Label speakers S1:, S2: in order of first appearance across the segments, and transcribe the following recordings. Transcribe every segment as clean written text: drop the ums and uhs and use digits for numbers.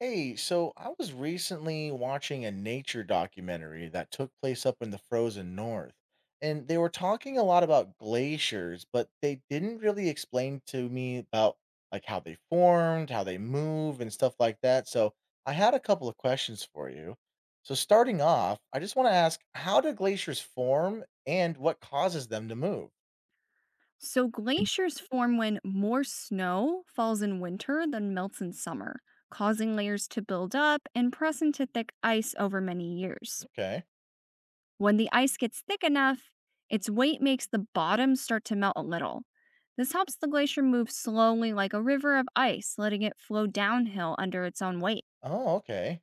S1: Hey, so I was recently watching a nature documentary that took place up in the frozen north, and they were talking a lot about glaciers, but they didn't really explain to me about like how they formed, how they move, and stuff like that. So I had a couple of questions for you. So starting off, I just want to ask, how do glaciers form and what causes them to move?
S2: So glaciers form when more snow falls in winter than melts in summer, causing layers to build up and press into thick ice over many years.
S1: Okay.
S2: When the ice gets thick enough, its weight makes the bottom start to melt a little. This helps the glacier move slowly like a river of ice, letting it flow downhill under its own weight.
S1: Oh, okay.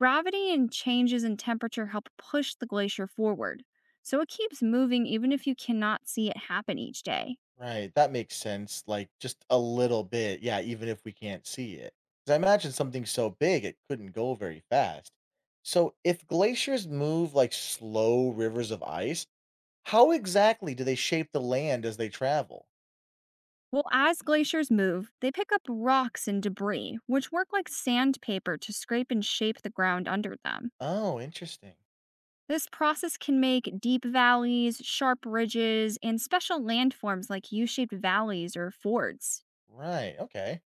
S2: Gravity and changes in temperature help push the glacier forward, so it keeps moving even if you cannot see it happen each day.
S1: Right, that makes sense, like, just a little bit, yeah, even if we can't see it, because I imagine something so big, it couldn't go very fast. So, if glaciers move like slow rivers of ice, how exactly do they shape the land as they travel?
S2: Well, as glaciers move, they pick up rocks and debris, which work like sandpaper to scrape and shape the ground under them.
S1: Oh, interesting.
S2: This process can make deep valleys, sharp ridges, and special landforms like U shaped valleys or fords.
S1: Right, okay.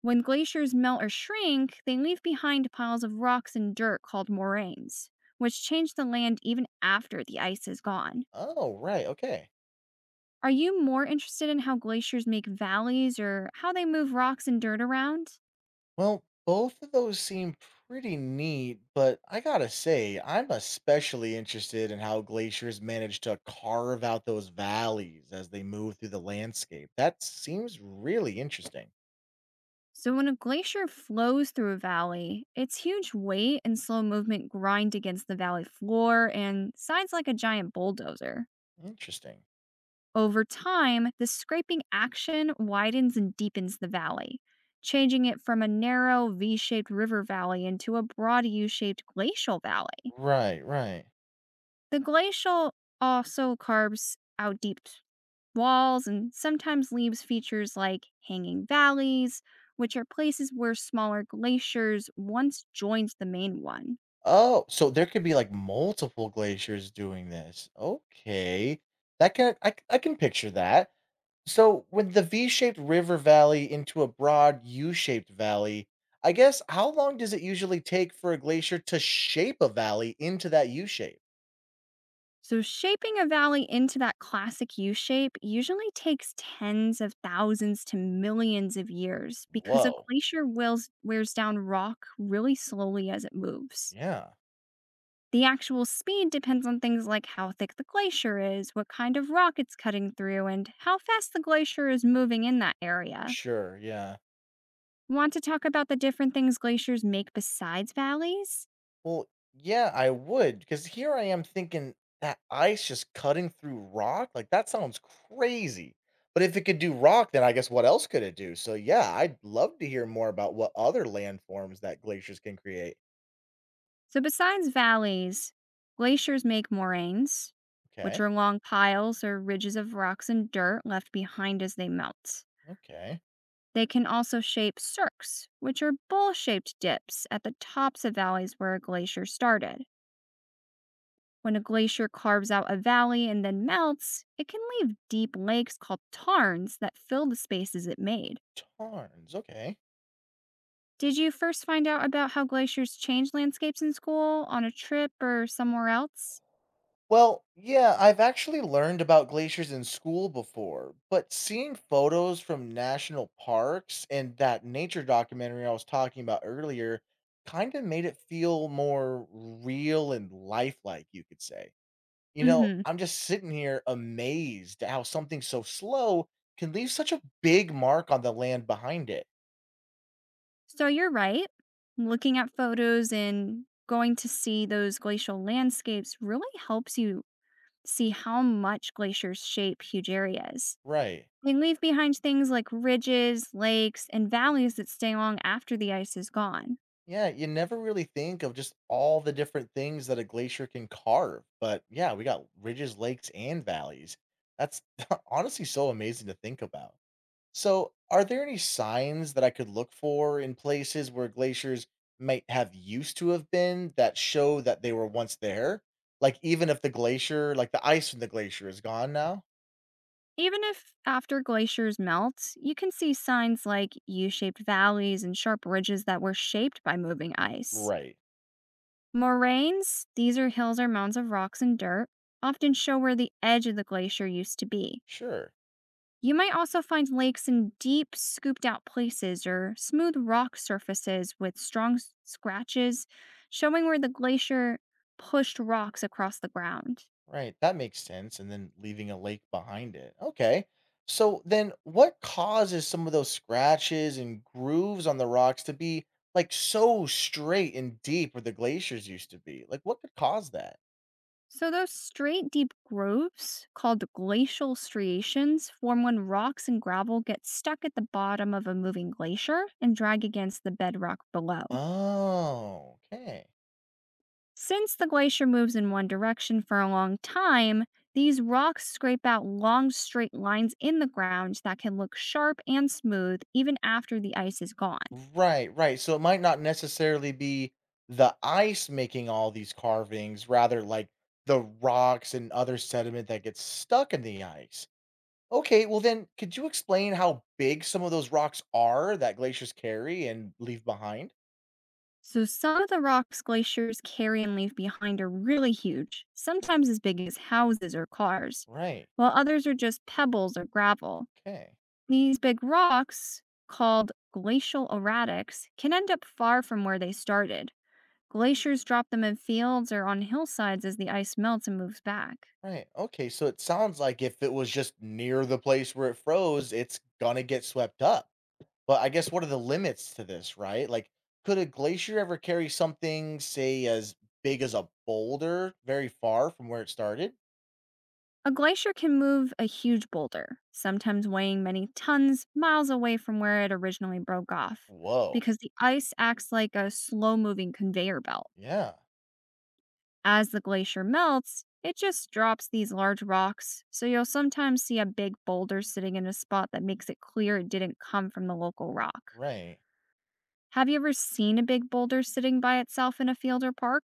S2: When glaciers melt or shrink, they leave behind piles of rocks and dirt called moraines, which change the land even after the ice is gone.
S1: Oh, right, okay.
S2: Are you more interested in how glaciers make valleys or how they move rocks and dirt around?
S1: Well, both of those seem pretty neat, but I gotta say, I'm especially interested in how glaciers manage to carve out those valleys as they move through the landscape. That seems really interesting.
S2: So, when a glacier flows through a valley, its huge weight and slow movement grind against the valley floor and sides like a giant bulldozer.
S1: Interesting.
S2: Over time, the scraping action widens and deepens the valley, changing it from a narrow V shaped river valley into a broad U shaped glacial valley.
S1: Right, right.
S2: The glacial also carves out deep walls and sometimes leaves features like hanging valleys, which are places where smaller glaciers once joined the main one.
S1: Oh, so there could be like multiple glaciers doing this. Okay. That can I can picture that. So, when the V-shaped river valley into a broad U-shaped valley, I guess how long does it usually take for a glacier to shape a valley into that U shape?
S2: So, shaping a valley into that classic U shape usually takes tens of thousands to millions of years because a
S1: Whoa.
S2: wears down rock really slowly as it moves.
S1: Yeah.
S2: The actual speed depends on things like how thick the glacier is, what kind of rock it's cutting through, and how fast the glacier is moving in that area.
S1: Sure. Yeah.
S2: Want to talk about the different things glaciers make besides valleys?
S1: Well, yeah, I would because here I am thinking that ice just cutting through rock, like that sounds crazy. But if it could do rock, then I guess what else could it do? So, yeah, I'd love to hear more about what other landforms that glaciers can create.
S2: So, besides valleys, glaciers make moraines, which
S1: Okay.
S2: are long piles or ridges of rocks and dirt left behind as they melt.
S1: Okay.
S2: They can also shape cirques, which are bowl shaped dips at the tops of valleys where a glacier started. When a glacier carves out a valley and then melts, it can leave deep lakes called tarns that fill the spaces it made.
S1: Tarns. Okay.
S2: Did you first find out about how glaciers change landscapes in school, on a trip, or somewhere else?
S1: Well, yeah, I've actually learned about glaciers in school before, but seeing photos from national parks and that nature documentary I was talking about earlier kind of made it feel more real and lifelike, you could say. You know,
S2: Mhm.
S1: I'm just sitting here amazed at how something so slow can leave such a big mark on the land behind it.
S2: So you're right. Looking at photos and going to see those glacial landscapes really helps you see how much glaciers shape huge areas.
S1: Right.
S2: They leave behind things like ridges, lakes, and valleys that stay long after the ice is gone.
S1: Yeah, you never really think of just all the different things that a glacier can carve. But yeah, we got ridges, lakes, and valleys. That's honestly so amazing to think about. So, are there any signs that I could look for in places where glaciers might have used to have been that show that they were once there? Like, even if the glacier, like the ice from the glacier is gone now?
S2: Even if after glaciers melt, you can see signs like U shaped valleys and sharp ridges that were shaped by moving ice.
S1: Right.
S2: Moraines, these are hills or mounds of rocks and dirt, often show where the edge of the glacier used to be.
S1: Sure.
S2: You might also find lakes in deep, scooped out places or smooth rock surfaces with strong scratches, showing where the glacier pushed rocks across the ground.
S1: Right, that makes sense. And then leaving a lake behind it. Okay. So then what causes some of those scratches and grooves on the rocks to be like so straight and deep where the glaciers used to be? Like what could cause that?
S2: So, those straight, deep grooves called glacial striations form when rocks and gravel get stuck at the bottom of a moving glacier and drag against the bedrock below.
S1: Oh, okay.
S2: Since the glacier moves in one direction for a long time, these rocks scrape out long straight lines in the ground that can look sharp and smooth even after the ice is gone.
S1: Right, right. So it might not necessarily be the ice making all these carvings, rather like the rocks and other sediment that gets stuck in the ice. Okay, well then, could you explain how big some of those rocks are that glaciers carry and leave behind?
S2: So, some of the rocks glaciers carry and leave behind are really huge, sometimes as big as houses or cars,
S1: Right.
S2: while others are just pebbles or gravel.
S1: Okay.
S2: These big rocks, called glacial erratics, can end up far from where they started. Glaciers drop them in fields or on hillsides as the ice melts and moves back.
S1: Right. Okay. So it sounds like if it was just near the place where it froze, it's gonna get swept up. But I guess what are the limits to this, right? Like, could a glacier ever carry something, say, as big as a boulder very far from where it started?
S2: A glacier can move a huge boulder, sometimes weighing many tons, miles away from where it originally broke off,
S1: Whoa.
S2: because the ice acts like a slow moving conveyor belt.
S1: Yeah.
S2: As the glacier melts, it just drops these large rocks, so you'll sometimes see a big boulder sitting in a spot that makes it clear it didn't come from the local rock.
S1: Right.
S2: Have you ever seen a big boulder sitting by itself in a field or park?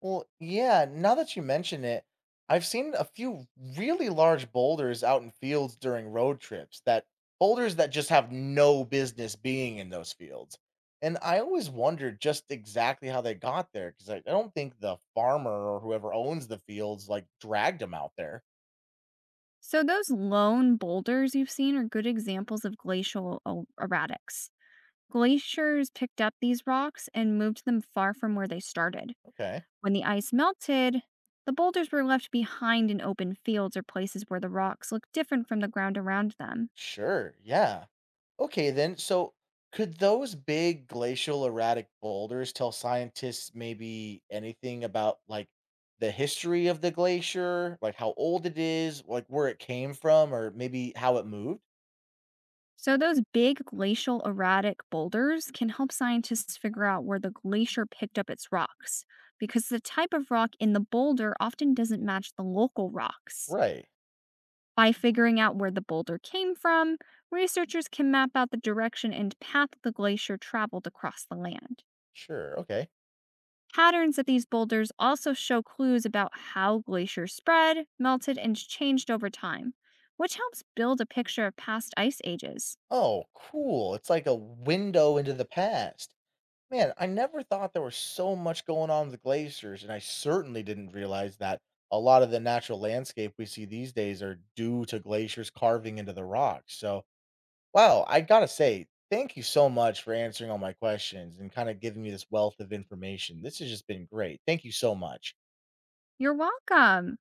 S1: Well, yeah, now that you mention it, I've seen a few really large boulders out in fields during road trips that boulders that just have no business being in those fields. And I always wondered just exactly how they got there because I don't think the farmer or whoever owns the fields like dragged them out there.
S2: So, those lone boulders you've seen are good examples of glacial erratics. Glaciers picked up these rocks and moved them far from where they started.
S1: Okay,
S2: When the ice melted, the boulders were left behind in open fields or places where the rocks look different from the ground around them.
S1: sure, yeah. Okay, then. So, could those big glacial erratic boulders tell scientists maybe anything about like the history of the glacier, like how old it is, like where it came from, or maybe how it moved?
S2: So, those big glacial erratic boulders can help scientists figure out where the glacier picked up its rocks, because the type of rock in the boulder often doesn't match the local rocks.
S1: Right.
S2: By figuring out where the boulder came from, researchers can map out the direction and path the glacier traveled across the land.
S1: Sure. Okay.
S2: Patterns at these boulders also show clues about how glaciers spread, melted, and changed over time, which helps build a picture of past ice ages.
S1: Oh, cool. It's like a window into the past. Man, I never thought there was so much going on with glaciers, and I certainly didn't realize that a lot of the natural landscape we see these days are due to glaciers carving into the rocks. So wow, I gotta say, thank you so much for answering all my questions and kind of giving me this wealth of information. This has just been great. Thank you so much.
S2: You're welcome.